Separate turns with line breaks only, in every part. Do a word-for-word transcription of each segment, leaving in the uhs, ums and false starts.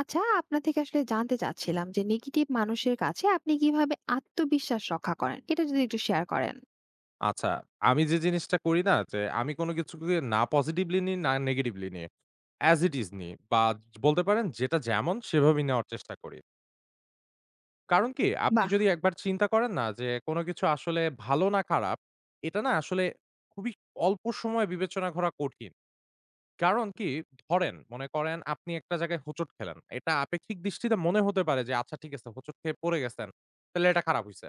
আচ্ছা, আপনার থেকে আসলে জানতে চাচ্ছিলাম যে নেগেটিভ মানুষের কাছে আপনি কিভাবে আত্মবিশ্বাস রক্ষা করেন, এটা যদি একটু শেয়ার করেন।
আচ্ছা, আমি যে জিনিসটা করি না যে আমি কোন কিছুকে না পজিটিভলি নিই, না নেগেটিভলি নিই। অ্যাজ ইট ইজ নিই বা বলতে পারেন যেটা যেমন সেভাবেই নেওয়ার চেষ্টা করি। কারণ কি? আপনি
বাহ।
যদি একবার চিন্তা করেন না যে কোন কিছু আসলে ভালো না খারাপ, এটা না আসলে খুবই অল্প সময়ে বিবেচনা করা কঠিন। কারণ কি? ধরেন মনে করেন আপনি একটা জায়গায় হোঁচট খেলেন। এটা আপেক্ষিক দৃষ্টিতে মনে হতে পারে যে আচ্ছা ঠিক আছে হোঁচট খেয়ে পড়ে গেছেন। তাহলে এটা খারাপ হইছে।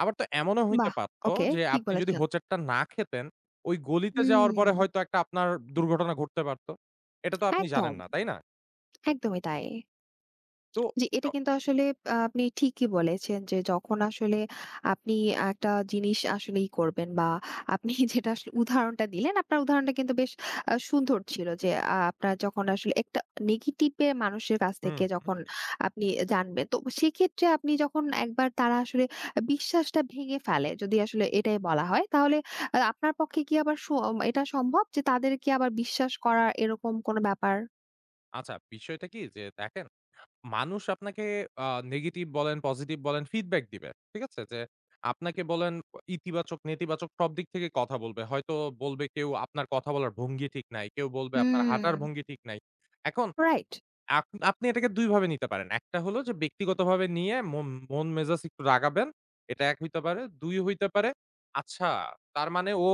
আবার তো এমনও হইতে
বাহ,
পারত
ওকে
যে
ঠিক
আপনি যদি
বলেছেন।
হোঁচটটা না খেতেন, ওই গলিতে যাওয়ার পরে
হুম।
হয়তো একটা আপনার দুর্ঘটনা ঘটতে পারত। এটা তো আপনি জানেন
একদম,
না, তাই না?
একদমই তাই।
তো
জি,
চ
এটা কিন্তু আসলে আ আপনি ঠিকই বলেছেন যে যখন আসলে আপনি একটা জিনিস আসলে ই করবেন বা আপনি যেটা আসলে উদাহরণটা দিলেন, আপনার উদাহরণটা কিন্তু বেশ আ সুন্দর ছিল যে আ আপনার যখন আসলে একটা নেগেটিভ এ মানুষের কাছ
হুম।
থেকে যখন আপনি জানবেন। তো সেক্ষেত্রে আপনি যখন একবার তারা আসলে বিশ্বাসটা ভেঙে ফেলে, যদি আসলে এটাই বলা হয়, তাহলে আ আপনার পক্ষে কি আবার স এটা সম্ভব যে তাদেরকে আবার বিশ্বাস করা, এরকম কোনো ব্যাপার?
আচ্ছা, বিষয়টা কি যে দেখেন, মানুষ আপনাকে আ নেগেটিভ বলেন, পজিটিভ বলেন ফিডব্যাক দিবে। ঠিক আছে? যে আপনাকে বলেন ইতিবাচক, নেতিবাচক সব দিক থেকে কথা বলবে। হয়তো বলবে কেউ আপনার কথা বলার ভঙ্গি ঠিক নাই, কেউ বলবে আপনার
হুম।
হাঁটার ভঙ্গি ঠিক নাই। এখন
রাইট?
আপ আপনি এটাকে দুই ভাবে নিতে পারেন। একটা হলো যে ব্যক্তিগতভাবে নিয়ে মন মন মেজাজ একটু রাগাবেন। এটা এক হইতে পারে। দুই হইতে পারে, আচ্ছা তার মানে ও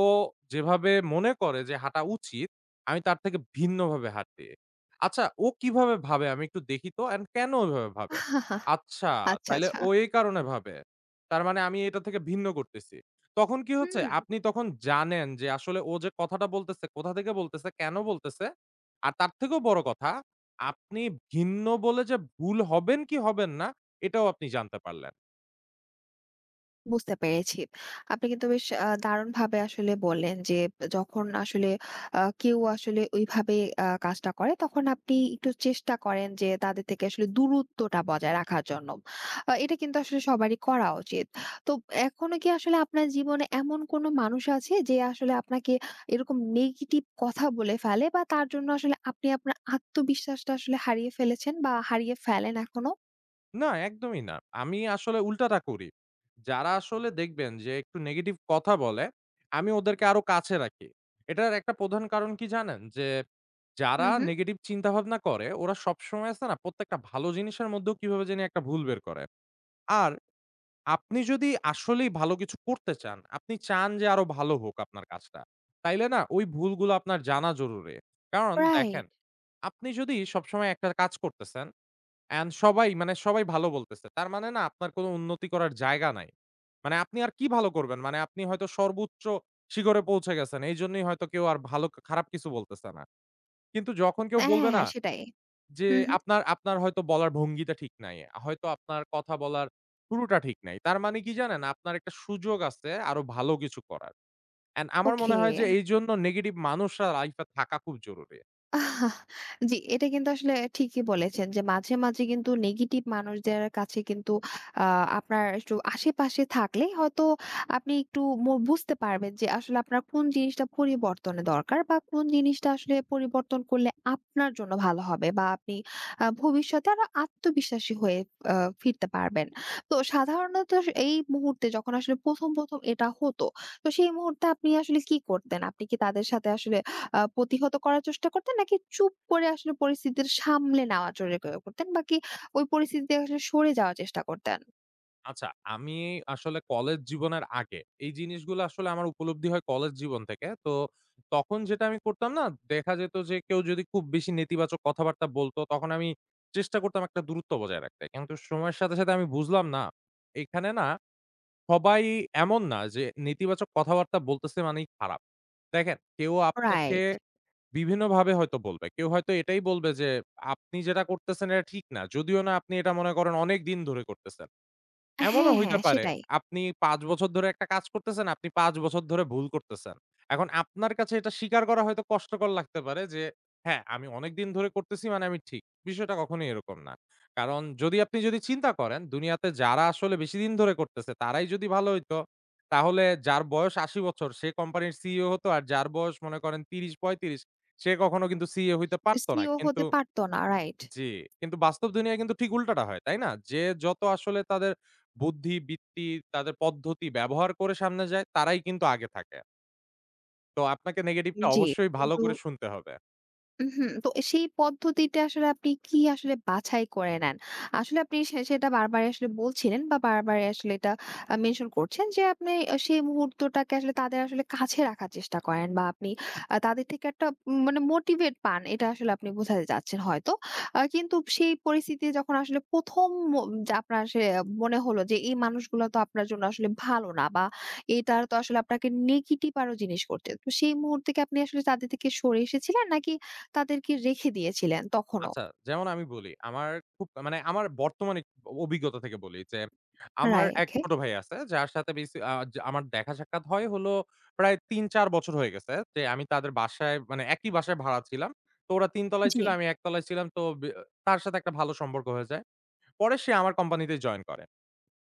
যেভাবে মনে করে যে হাঁটা উচিত, আমি তার থেকে ভিন্নভাবে হাঁটি। আচ্ছা ও কিভাবে ভাবে আমি একটু দেখি তো অ্যান্ড কেন ওইভাবে ভাবে? আচ্ছা
আচ্ছা,
তাইলে
আচ্ছা।
ও এই কারণে ভাবে। তার মানে আমি এটা থেকে ভিন্ন করতেছি। তখন কি হচ্ছে?
হুম,
আপনি তখন জানেন যে আসলে ও যে কথাটা বলতেছে, কোথা থেকে বলতেছে, কেন বলতেছে? আর তার থেকেও বড় কথা আপনি ভিন্ন বলে যে ভুল হবেন কি হবেন না, এটাও আপনি জানতে পারলেন।
বুঝতে পেরেছি। আপনি কিন্তু বেশ আ দারুণভাবে আসলে বললেন যে, যখন আসলে আ কেউ আসলে ওইভাবে আ কাজটা করে, তখন আপনি একটু চেষ্টা করেন যে তাদের থেকে আসলে দূরত্বটা বজায় রাখার জন্য। আ এটা কিন্তু আসলে সবারই করা উচিত। তো এখনো কি আসলে আপনার জীবনে এমন কোনো মানুষ আছে যে আসলে আপনাকে এরকম নেগেটিভ কথা বলে ফেলে, বা তার জন্য আসলে আপনি আপনার আত্মবিশ্বাসটা আসলে হারিয়ে ফেলেছেন বা হারিয়ে ফেলেন এখনো?
না, একদমই না। আমি আসলে উল্টাটা করি। যারা আসলে দেখবেন যে একটু নেগেটিভ কথা বলে, আমি ওদেরকে আরো কাছে রাখি। এটার একটা প্রধান কারণ কি জানেন? যে যারা
হুম, হুম।
নেগেটিভ চিন্তাভাবনা করে, ওরা সবসময় আছে না প্রত্যেকটা ভালো জিনিসের মধ্যেও কিভাবে জানি একটা ভুল বের করে। আর আপনি যদি আসলেই ভালো কিছু করতে চান, আপনি চান যে আরো ভালো হোক আপনার কাজটা। তাইলে না ওই ভুলগুলো আপনার জানা জরুরি। কারণ দেখেন,
রাইট।
আপনি যদি সবসময় একটা কাজ করতেছেন এন্ড সবাই মানে সবাই ভালো বলতেছে। তার মানে না আপনার কোনো উন্নতি করার জায়গা নাই। মানে আপনি আর কি ভালো করবেন? মানে আপনি হয়তো সর্বোচ্চ শিখরে পৌঁছে গেছেন। এইজন্যই হয়তো কেউ আর ভালো খারাপ কিছু বলতেছে না। কিন্তু যখন কেউ
হ্যাঁ,
বলবে
হ্যাঁ,
না
হ্যাঁ, সেটাই।
যে
হু, হু।
আপনার আপনার হয়তো বলার ভঙ্গিটা ঠিক নাই। হয়তো আপনার কথা বলার শুরুটা ঠিক নাই। তার মানে কি জানেন? আপনার একটা সুযোগ আছে আরো ভালো কিছু করার। অ্যান্ড আমার
ওকে।
মনে হয় যে এইজন্য নেগেটিভ মানুষরা লাইফে থাকা খুব জরুরি।
আহ, জি, এটা কিন্তু আসলে ঠিকই বলেছেন যে মাঝে, মাঝে কিন্তু নেগেটিভ মানুষদের কাছে কিন্তু আ আপনার একটু আশেপাশে থাকলে হয়তো আপনি একটু মু বুঝতে পারবেন যে আসলে আপনার কোন জিনিসটা পরিবর্তনের দরকার, বা কোন জিনিসটা আসলে পরিবর্তন করলে আপনার জন্য ভালো হবে, বা আপনি আ ভবিষ্যতে আরো আত্মবিশ্বাসী হয়ে আ ফিরতে পারবেন। তো সাধারণত স এই মুহূর্তে যখন আসলে ১ম, ১ম এটা হতো, তো সেই মুহূর্তে আপনি আসলে কি করতেন? আপনি কি তাদের সাথে আসলে আ প্রতিহত করার চেষ্টা করতেন? নাকি চুপ করে আসলে পরিস্থিতিটা সামলে নেওয়ার জন্য করতেন? বা কি ওই পরিস্থিতি থেকে আসলে সরে যাওয়ার চেষ্টা করতেন?
আচ্ছা, আমি আসলে কলেজ জীবনের আগে এই জিনিসগুলো আসলে আমার উপলব্ধি হয় কলেজ জীবন থেকে। তো তখন যেটা আমি করতাম না? দেখা যেত যে কেউ যদি খুব বেশি নেতিবাচক কথাবার্তা বলতো তখন আমি চেষ্টা করতাম একটা দূরত্ব বজায় রাখতে। কিন্তু সময়ের সাথে, সাথে আমি বুঝলাম না, এখানে না সবাই এমন না যে নেতিবাচক কথাবার্তা বলতেছে মানেই খারাপ। দেখেন কেউ আপনাকে
রাইট।
বিভিন্নভাবে হয়তো বলবে। কেউ হয়তো এটাই বলবে যে, "আপনি যেটা করতেছেন এটা ঠিক না। যদিও না আপনি এটা মনে করেন অনেক দিন ধরে করতেছেন।" এমনও
হ্যাঁ,
হইতে
হ্যাঁ,
পারে।
সেটাই।
আপনি পাঁচ বছর ধরে একটা কাজ করতেছেন, আপনি পাঁচ বছর ধরে ভুল করতেছেন। এখন আপনার কাছে এটা স্বীকার করা হয়তো কষ্টকর লাগতে পারে যে, হ্যাঁ, আমি অনেকদিন ধরে করতেছি মানে আমি ঠিক। বিষয়টা কখনোই এরকম না। কারণ যদি আপনি যদি চিন্তা করেন দুনিয়াতে যারা আসলে বেশিদিন ধরে করতেছে তারাই যদি ভালো হইতো, তাহলে যার বয়স আশি বছর সে কোম্পানির সিইও হতো আর যার বয়স মনে করেন ত্রিশ পঁয়ত্রিশ সে কখনো কিন্তু সিইও হইতে পারত না।
সিইও
কিন্তু
হতে পারত না। রাইট।
জি, কিন্তু বাস্তব দুনিয়ায় কিন্তু ঠিক উল্টাটা হয়, তাই না? যে যত আসলে তাদের বুদ্ধি, বৃত্তি, তাদের পদ্ধতি ব্যবহার করে সামনে যায়, তারাই কিন্তু আগে থাকে। তো আপনাকে নেগেটিভটা
জি।
অবশ্যই ভালো
কিন্তু
করে শুনতে হবে।
হুম, তো সেই পদ্ধতিটা আসলে আপনি কি আসলে বাছাই করে নেন? আসলে আপনি সে সেটা বারবারই আসলে বলছিলেন বা বারবারই আসলে এটা আ মেনশন করছেন যে আপনি আ সেই মুহূর্তটাকে আসলে তাদের আসলে কাছে রাখার চেষ্টা করেন, বা আপনি আ তাদের থেকে একটা উম মানে মোটিভেট পান। এটা আসলে আপনি বোঝাতে চাচ্ছেন হয়তো। আ কিন্তু সেই পরিস্থিতি যখন আসলে ১ম ম যে আপনার আসলে মনে হলো যে এই মানুষগুলো তো আপনার জন্য আসলে ভালো না, বা এটার তো আসলে আপনাকে নেগেটিভ আরো জিনিস করছে। তো সেই মুহূর্তে কি আপনি আসলে তাদের থেকে সরে এসেছিলেন? নাকি তাদেরকে রেখে দিয়েছিলেন তখনো?
আচ্ছা, যেমন আমি বলি, আমার খুব মানে আমার বর্তমানে অভিজ্ঞতা থেকে বলি যে, আমার
রাইট,
এক
ওকে।
ছোট ভাই আছে, যার সাথে বেসি আ আমার দেখা সাক্ষাৎ হয় হলো প্রায় তিন চার বছর হয়ে গেছে। যে আমি তাদের বাসায় মানে একই বাসায় ভাড়া ছিলাম। তো ওরা তিন তলায়
জি।
ছিল, আমি এক তলায় ছিলাম। তো বে তার সাথে একটা ভালো সম্পর্ক হয়ে যায়। পরে সে আমার কোম্পানিতে জয়েন করে।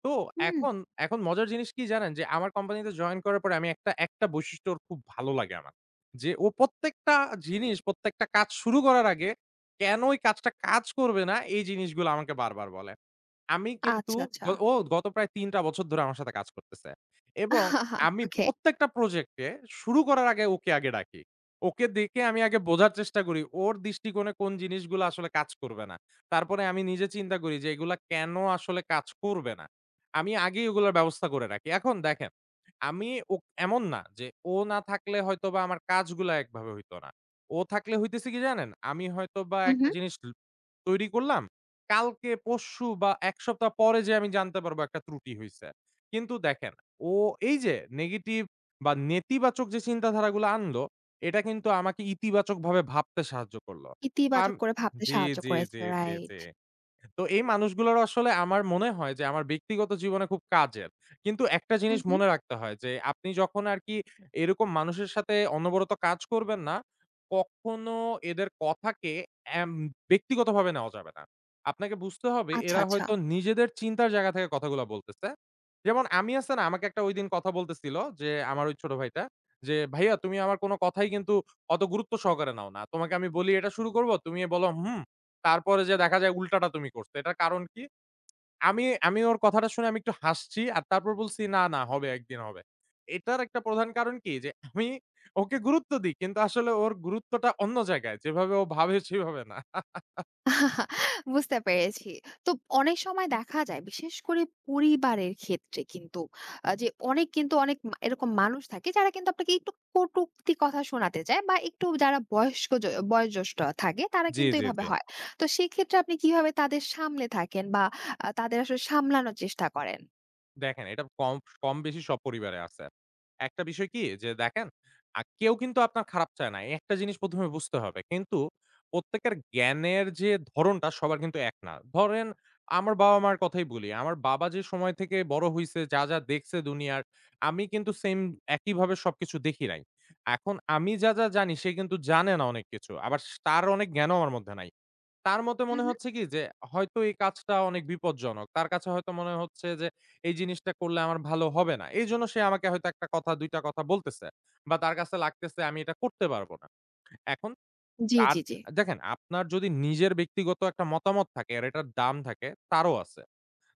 তো
হুম,
এখন এখন মজার জিনিস কি জানেন? যে আমার কোম্পানিতে জয়েন করার পরে আমি একটা, একটা বৈশিষ্ট্য ওর খুব ভালো লাগে আমার। যে ও প্রত্যেকটা জিনিস, প্রত্যেকটা কাজ শুরু করার আগে কেন এই কাজটা কাজ করবে না? এই জিনিসগুলো আমাকে বারবার বলে। আমি কিন্তু
আচ্ছা,
গ
আচ্ছা।
ও গত প্রায় তিন টা বছর ধরে আমার সাথে কাজ করতেছে। এবং আমি
ওকে।
প্রত্যেকটা প্রজেক্টে শুরু করার আগে ওকে আগে ডাকি। ওকে দেখে আমি আগে বোঝার চেষ্টা করি ওর দৃষ্টিকোণে কোন জিনিসগুলো আসলে কাজ করবে না। তারপরে আমি নিজে চিন্তা করি যে এগুলা কেন আসলে কাজ করবে না? আমি আগেই ওগুলোর ব্যবস্থা করে রাখি। এখন দেখেন, আমি ও এমন না যে ও না থাকলে হয়তোবা আমার কাজগুলা একভাবে হইতো না। ও থাকলে হইতেছে কি জানেন? আমি হয়তোবা
হুম,
একটা
হুম।
জিনিস ল তৈরি করলাম। কালকে, পরশু বা এক সপ্তাহ পরে যেয়ে আমি জানতে পারবো একটা ত্রুটি হইছে। কিন্তু দেখেন, ও এই যে নেগেটিভ বা নেতিবাচক যে চিন্তাধারাগুলো আনলো, এটা কিন্তু আমাকে ইতিবাচকভাবে ভাবতে সাহায্য করলো। তো আম
ইতিবাচক করে ভাবতে
জি,
সাহায্য
জি,
করেছে।
জি, জি, জি।
রাইট।
তো এই মানুষগুলোর আসলে আমার মনে হয় যে আমার ব্যক্তিগত জীবনে খুব কাজের। কিন্তু একটা
হুম,
জিনিস
হুম।
মনে রাখতে হয় যে আপনি যখন আরকি এরকম মানুষের সাথে অনবরত কাজ করবেন না, কখনো এদের কথাকে এম ব্যক্তিগতভাবে নেওয়া যাবে না। আপনাকে বুঝতে হবে
আচ্ছা,
এরা
আচ্ছা।
হয়তো নিজেদের চিন্তার জায়গা থেকে কথাগুলা বলতেছে। যেমন আমি আছে না আমাকে একটা ঐদিন কথা বলতেছিল যে আমার ওই ছোট ভাইটা যে, "ভাইয়া তুমি আমার কোন কথাই কিন্তু অত গুরুত্ব সহকারে নাও না। তোমাকে আমি বলি এটা শুরু করব, তুমি বলো হুম। তারপরে যেয়ে দেখা যায় উল্টাটা তুমি করছো। এটার কারণ কি? আমি আমি ওর কথাটা শুনে আমি একটু হাসছি। আর তারপর বলছি, "না, না হবে, একদিন হবে।" এটার একটা প্রধান কারণ কি? যে আমি ওকে গুরুত্ব দিই। কিন্তু আসলে ওর গুরুত্বটা অন্য জায়গায়। যেভাবে ও ভাবে সেভাবে না।
বুঝতে পেরেছি। তো অনেক সময় দেখা যায় বিশেষ করে পরিবারের ক্ষেত্রে কিন্তু আ যে অনেক, কিন্তু অনেক মা এরকম মানুষ থাকে যারা কিন্তু আপনাকে একটু কটূক্তি কথা শোনাতে চায়, বা একটু যারা বয়স্ক জ বয়োজ্যেষ্ঠ থাকে তারা
জি,
কিন্তু
জি,
এভাবে
জি।
হয়। তো সেক্ষেত্রে আপনি কিভাবে তাদের সামলে থাকেন বা আ তাদের আসলে সামলানোর চেষ্টা করেন?
দেখেন এটা কম কম বেশি সব পরিবারে আছে। একটা বিষয় কি যে দেখেন আ কেউ কিন্তু আপনার খারাপ চায় না। এই একটা জিনিস ১ম এ বুঝতে হবে। কিন্তু প্রত্যেকের জ্ঞানের যে ধরণটা সবার কিন্তু এক না। ধরেন আমার বাবা-মার কথাই বলি। আমার বাবা যে সময় থেকে বড় হইছে, যা, যা দেখছে দুনিয়ার, আমি কিন্তু সেম একইভাবে সবকিছু দেখি নাই। এখন আমি যা, যা জানি সে কিন্তু জানে না অনেক কিছু। আবার স তার অনেক জ্ঞানও আমার মধ্যে নাই। তার মতে
হু,
মনে
হু।
হচ্ছে কি যে, হয়তো এই কাজটা অনেক বিপজ্জনক। তার কাছে হয়তো মনে হচ্ছে যে, এই জিনিসটা করলে আমার ভালো হবে না। এইজন্য সে আমাকে হয়তো এক টা কথা দুই টা কথা বলতেছে। বা তার কাছে লাগতেছে আমি এটা করতে পারব না। এখন
জি,
তার
জি, জি।
দেখেন আপনার যদি নিজের ব্যক্তিগত একটা মতামত থাকে আর এটার দাম থাকে, তারও আছে।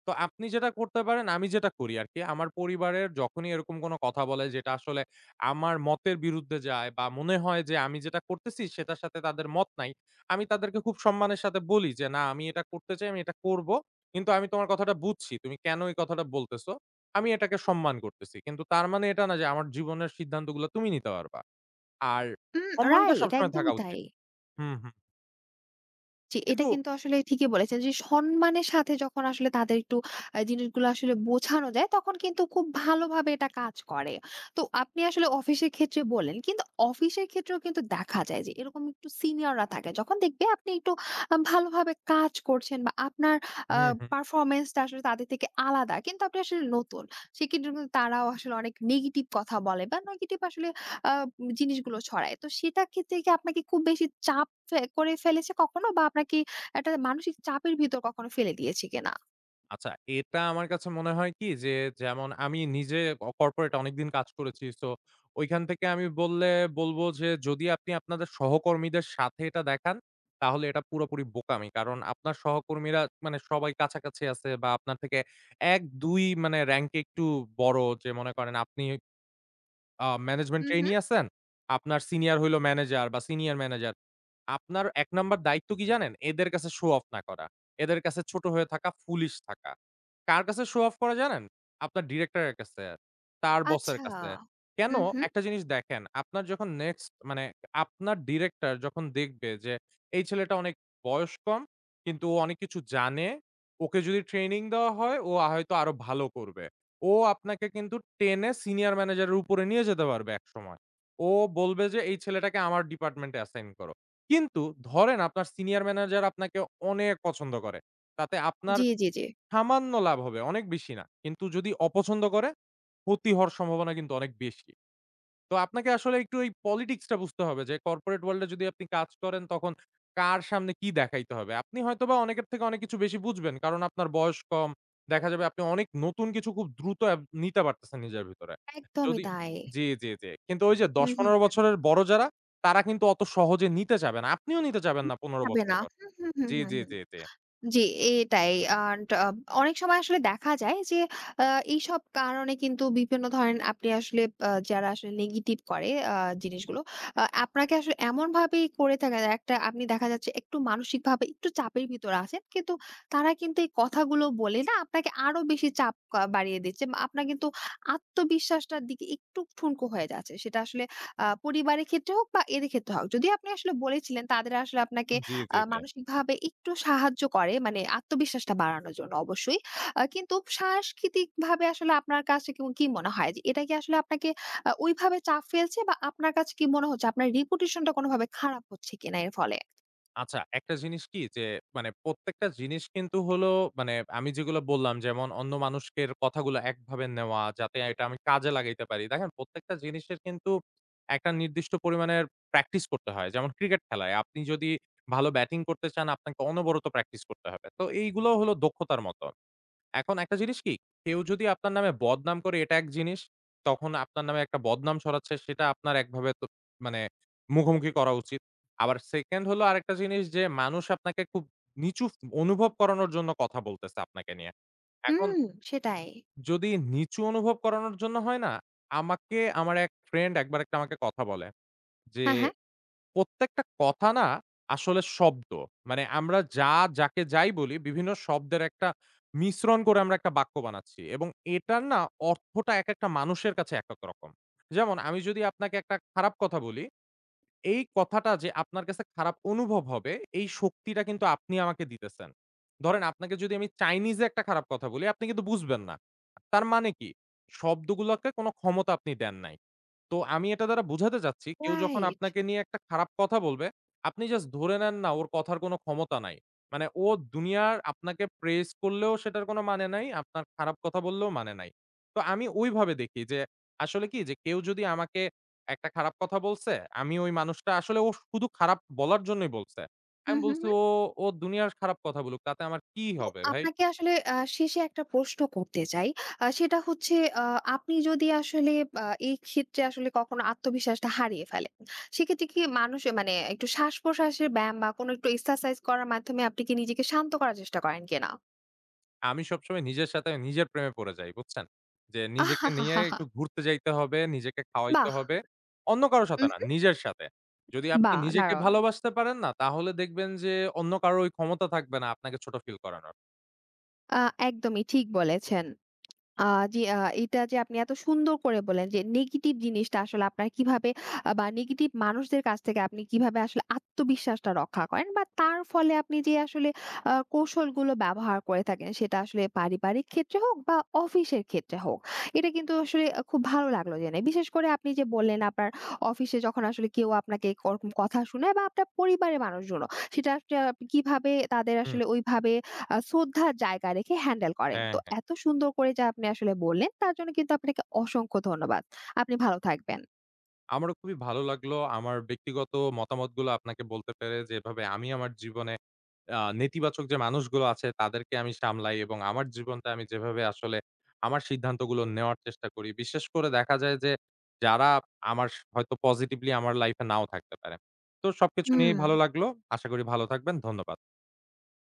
তো আপনি যেটা করতে পারেন, আমি যেটা করি আরকি। আমার পরিবারের যখনই এরকম কোনো কথা বলে যেটা আসলে আমার মতের বিরুদ্ধে যায় বা মনে হয় যে আমি যেটা করতেছি সেটার সাথে তাদের মত নাই। আমি তাদেরকে খুব সম্মানের সাথে বলি যে, "না, আমি এটা করতে চাই, আমি এটা করব। কিন্তু আমি তোমার কথাটা বুঝছি। তুমি কেন এই কথাটা বলতেছ? আমি এটাকে সম্মান করতেছি। কিন্তু তার মানে এটা না যে আমার জীবনের সিদ্ধান্তগুলো তুমি নিতে পারবা।" আর
উম
সম্মানটা
রাইট,
সবসময় থাকা
একদমই তাই।
উচিত। হুম, হুম।
জি,
কিন্তু
এটা কিন্তু আসলে ঠিকই বলেছেন যে সম্মানের সাথে যখন আসলে তাদের একটু আ জিনিসগুলো আসলে বোঝানো যায়, তখন কিন্তু খুব ভালোভাবে এটা কাজ করে। তো আপনি আসলে অফিসের ক্ষেত্রে বললেন। কিন্তু অফিসের ক্ষেত্রেও কিন্তু দেখা যায় যে এরকম একটু সিনিয়ররা থাকে। যখন দেখবে আপনি একটু আ ভালোভাবে কাজ করছেন, বা আপনার আ
হুম, হুম।
পারফরম্যান্স টা আসলে তাদের থেকে আলাদা, কিন্তু আপনি আসলে নতুন। সেক্ষেত্রে কিন্তু তারাও আসলে অনেক নেগেটিভ কথা বলে বা নেগেটিভ আসলে আ জিনিসগুলো ছড়ায়। তো সেটা ক্ষেত্রে কি আপনাকে খুব বেশি চাপ ফে করে ফেলেছে কখনো, বা আপনাকে একটা মানসিক চাপের ভিতর কখনো ফেলে দিয়েছে কিনা?
আচ্ছা, এটা আমার কাছে মনে হয় কি যে, যেমন আমি নিজে অ কর্পোরেট অনেকদিন কাজ করেছি। সো ঐখান থেকে আমি বললে বলব যে, যদি আপনি আপনাদের সহকর্মীদের সাথে এটা দেখান, তাহলে এটা পুরোপুরি বোকামি। কারণ আপনার সহকর্মীরা মানে সবাই কাছাকাছি আছে বা আপনার থেকে এক, দুই মানে র‍্যাংকে একটু বড়। যে মনে করেন আপনি আ ম্যানেজমেন্ট
হুম, হুম।
ট্রেইনি আছেন, আপনার সিনিয়র হইলো ম্যানেজার বা সিনিয়র ম্যানেজার। আপনার এক নাম্বার দায়িত্ব কি জানেন? এদের কাছে শো অফ না করা। এদের কাছে ছোট হয়ে থাকা, ফুলিশ থাকা। কার কাছে শো অফ করা জানেন? আপনার ডিরেক্টরের কাছে, তার বসের
আচ্ছা।
কাছে। কেন?
হুম, হুম।
একটা জিনিস দেখেন, আপনার যখন নেক্সট মানে আপনার ডিরেক্টর যখন দেখবে যে এই ছেলেটা অনেক বয়স কম, কিন্তু ও অনেক কিছু জানে। ওকে যদি ট্রেনিং দেওয়া হয়, ও হয়তো আরো ভালো করবে। ও আপনাকে কিন্তু টেনে সিনিয়র ম্যানেজারের উপরে নিয়ে যেতে পারবে একসময়। ও বলবে যে, "এই ছেলেটাকে আমার ডিপার্টমেন্টে অ্যাসাইন করো।" কিন্তু ধরেন আপনার সিনিয়র ম্যানেজার আপনাকে অনেক পছন্দ করে। তাতে আপনার
জি, জি, জি।
সামান্য লাভ হবে, অনেক বেশি না। কিন্তু যদি অপছন্দ করে, ক্ষতি হওয়ার সম্ভাবনা কিন্তু অনেক বেশি। তো আপনাকে আসলে একটু এই পলিটিক্স টা বুঝতে হবে যে কর্পোরেট ওয়ার্ল্ড এ যদি আপনি কাজ করেন তখন কার সামনে কি দেখাইতে হবে। আপনি হয়তোবা অনেকের থেকে অনেক কিছু বেশি বুঝবেন। কারণ আপনার বয়স কম। দেখা যাবে আপনি অনেক নতুন কিছু খুব দ্রুত অ্যাব নিতে পারতেছেন নিজের ভিতরে।
একদমই
যদি
তাই।
জি, জি, জি। কিন্তু ওই যে
হুম, হুম,
দশ পনেরো
হুম।
বছরের বড় যারা তারা কিন্তু অত সহজে নিতে চাবে না। আপনিও নিতে চাবেন না পনেরো
যাবে
বছর
না।
পর।
হুম, হুম, হুম,
জি,
হুম,
জি,
হুম।
জি, জি।
জি, এটাই। and আ অনেক সময় আসলে দেখা যায় যে আ এইসব কারণে কিন্তু বিভিন্ন, ধরেন আপনি আসলে আ যারা আসলে নেগেটিভ করে আ জিনিসগুলো, আ আপনাকে আসলে এমনভাবেই করে থাকে যে একটা আপনি দেখা যাচ্ছে একটু মানসিকভাবে একটু চাপের ভিতরে আছেন। কিন্তু তারা কিন্তু এই কথাগুলো বলে না আপনাকে আরো বেশি চাপ আ বাড়িয়ে দিচ্ছে। বা আপনার কিন্তু আত্মবিশ্বাসটার দিকে একটু ঠুনকো হয়ে যাচ্ছে। সেটা আসলে আ পরিবারের ক্ষেত্রে হোক বা এদের ক্ষেত্রে হোক। যদিও আপনি আসলে বলেছিলেন তাদের আসলে আপনাকে
জি, জি,
আ
জি।
মানসিকভাবে একটু সাহায্য করে, মানে আত্মবিশ্বাসটা বাড়ানোর জন্য অবশ্যই। আ কিন্তু সাংস্কৃতিকভাবে আসলে আপনার কাছে কি কি মনে হয় যে এটা কি আসলে আপনাকে আ ওইভাবে চাপ ফেলছে, বা আপনার কাছে কি মনে হচ্ছে আপনার reputation টা কোনভাবে খারাপ হচ্ছে কিনা এর ফলে?
আচ্ছা, একটা জিনিস কি যে মানে প্রত্যেকটা জিনিস কিন্তু হলো মানে আমি যেগুলো বললাম যেমন অন্য মানুষের কথাগুলো একভাবে নেওয়া যাতে এটা আমি কাজে লাগাইতে পারি। দেখেন প্রত্যেকটা জিনিসের কিন্তু একটা নির্দিষ্ট পরিমাণের প্র্যাকটিস করতে হয়। যেমন ক্রিকেট খেলায় আপনি যদি ভালো ব্যাটিং করতে চান আপনাকে অনবরত প্র্যাকটিস করতে হবে। তো এইগুলো হলো দক্ষতার মতো। এখন একটা জিনিস কি, কেউ যদি আপনার নামে বদনাম করে এটা এক জিনিস, তখন আপনার নামে একটা বদনাম ছড়াচ্ছে সেটা আপনার একভাবে তো মানে মুখোমুখি করা উচিত। আবার সেকেন্ড হলো আরেকটা জিনিস যে মানুষ আপনাকে খুব নিচু অনুভব করানোর জন্য কথা বলতেছে আপনাকে নিয়ে। এখন
হুম, সেটাই।
যদি নিচু অনুভব করানোর জন্য হয় না, আমাকে আমার এক ফ্রেন্ড একবার একটা আমাকে কথা বলে যে
হ্যাঁ, হ্যাঁ।
প্রত্যেকটা কথা না আসলে শব্দ। মানে আমরা যা যাকে যাই বলি বিভিন্ন শব্দের একটা মিশ্রণ করে আমরা একটা বাক্য বানাচ্ছি এবং এটার না অর্থটা একেকটা মানুষের কাছে একেক রকম। যেমন আমি যদি আপনাকে একটা খারাপ কথা বলি, এই কথাটা যে আপনার কাছে খারাপ অনুভব হবে এই শক্তিটা কিন্তু আপনি আমাকে দিতেছেন। ধরেন আপনাকে যদি আমি চাইনিজে একটা খারাপ কথা বলি আপনি কিন্তু বুঝবেন না। তার মানে কি? শব্দগুলোকে কোন ক্ষমতা আপনি দেন নাই। তো আমি এটা দ্বারা বুঝাতে চাচ্ছি, কেউ যখন
রাইট।
আপনাকে নিয়ে একটা খারাপ কথা বলবে, আপনি জাস্ট ধরে নেন না ওর কথার কোনো ক্ষমতা নাই। মানে ও দুনিয়ার আপনাকে প্রেজ করলেও সেটার কোনো মানে নাই, আপনার খারাপ কথা বললেও মানে নাই। তো আমি ওইভাবে দেখি যে আসলে কি যে কেউ যদি আমাকে একটা খারাপ কথা বলছে, আমি ওই মানুষটা আসলে ও শুধু খারাপ বলার জন্যই বলছে। আমি
হুম, হুম।
বলছি, "ও, ও দুনিয়ার খারাপ কথা বলুক, তাতে আমার কি
তো
হবে ভাই?"
আপনাকে আসলে আ শেষে একটা প্রশ্ন করতে চাই। আ সেটা হচ্ছে আ আপনি যদি আসলে আ এই ক্ষেত্রে আসলে কখনো আত্মবিশ্বাসটা হারিয়ে ফেলেন, সেক্ষেত্রে কি মানুষ মানে একটু শ্বাস-প্রশ্বাসের ব্যায়াম বা কোনো একটু এক্সারসাইজ করার মাধ্যমে আপনি কি নিজেকে শান্ত করার চেষ্টা করেন কিনা?
আমি সবসময় নিজের সাথে নিজের প্রেমে পড়ে যাই, বুঝছেন? যে নিজেকে নিয়ে
আহাহাহাহা!
একটু ঘুরতে যাইতে হবে, নিজেকে খাওয়াইতে
বাহ!
হবে। অন্য কারো সাথে না,
উহু।
নিজের সাথে। যদি আপনি
বাহ!
নিজেকে
দারুণ।
ভালোবাসতে পারেন না, তাহলে দেখবেন যে অন্য কারো ওই ক্ষমতা থাকবে না আপনাকে ছোট ফিল করানোর।
আ একদমই ঠিক বলেছেন। আ জি, আ এটা যে আপনি এত সুন্দর করে বললেন যে নেগেটিভ জিনিসটা আসলে আপনার কিভাবে আ বা নেগেটিভ মানুষদের কাছ থেকে আপনি কিভাবে আসলে আত্মবিশ্বাসটা রক্ষা করেন, বা তার ফলে আপনি যে আসলে আ কৌশলগুলো ব্যবহার করে থাকেন, সেটা আসলে পারিবারিক ক্ষেত্রে হোক বা অফিসের ক্ষেত্রে হোক। এটা কিন্তু আসলে আ খুব ভালো লাগলো জেনে। বিশেষ করে আপনি যে বললেন আপনার অফিসে যখন আসলে কেউ আপনাকে ওরকম কথা শোনায় বা আপনার পরিবারের মানুষজনও, সেটা আসলে আপনি কিভাবে তাদের
হুম,
আসলে ওইভাবে আ শ্রদ্ধার জায়গা রেখে হ্যান্ডেল করেন।
হ্যাঁ,
তো
হ্যাঁ।
এত সুন্দর করে যা আপনি আসলে বললেন, তার জন্য কিন্তু আপনাকে অসংখ্য ধন্যবাদ। আপনি ভালো থাকবেন।
আমারও খুবই ভালো লাগলো আমার ব্যক্তিগত মতামতগুলো আপনাকে বলতে পেরে যে এভাবে আমি আমার জীবনে আ নেতিবাচক যে মানুষগুলো আছে তাদেরকে আমি সামলাই এবং আমার জীবনটা আমি যেভাবে আসলে আমার সিদ্ধান্তগুলো নেওয়ার চেষ্টা করি। বিশেষ করে দেখা যায় যে যারা আমার স হয়তো পজিটিভলি আমার লাইফ এ নাও থাকতে পারে। তো সবকিছু নিয়েই
হুম।
ভালো লাগলো। আশা করি ভালো থাকবেন। ধন্যবাদ।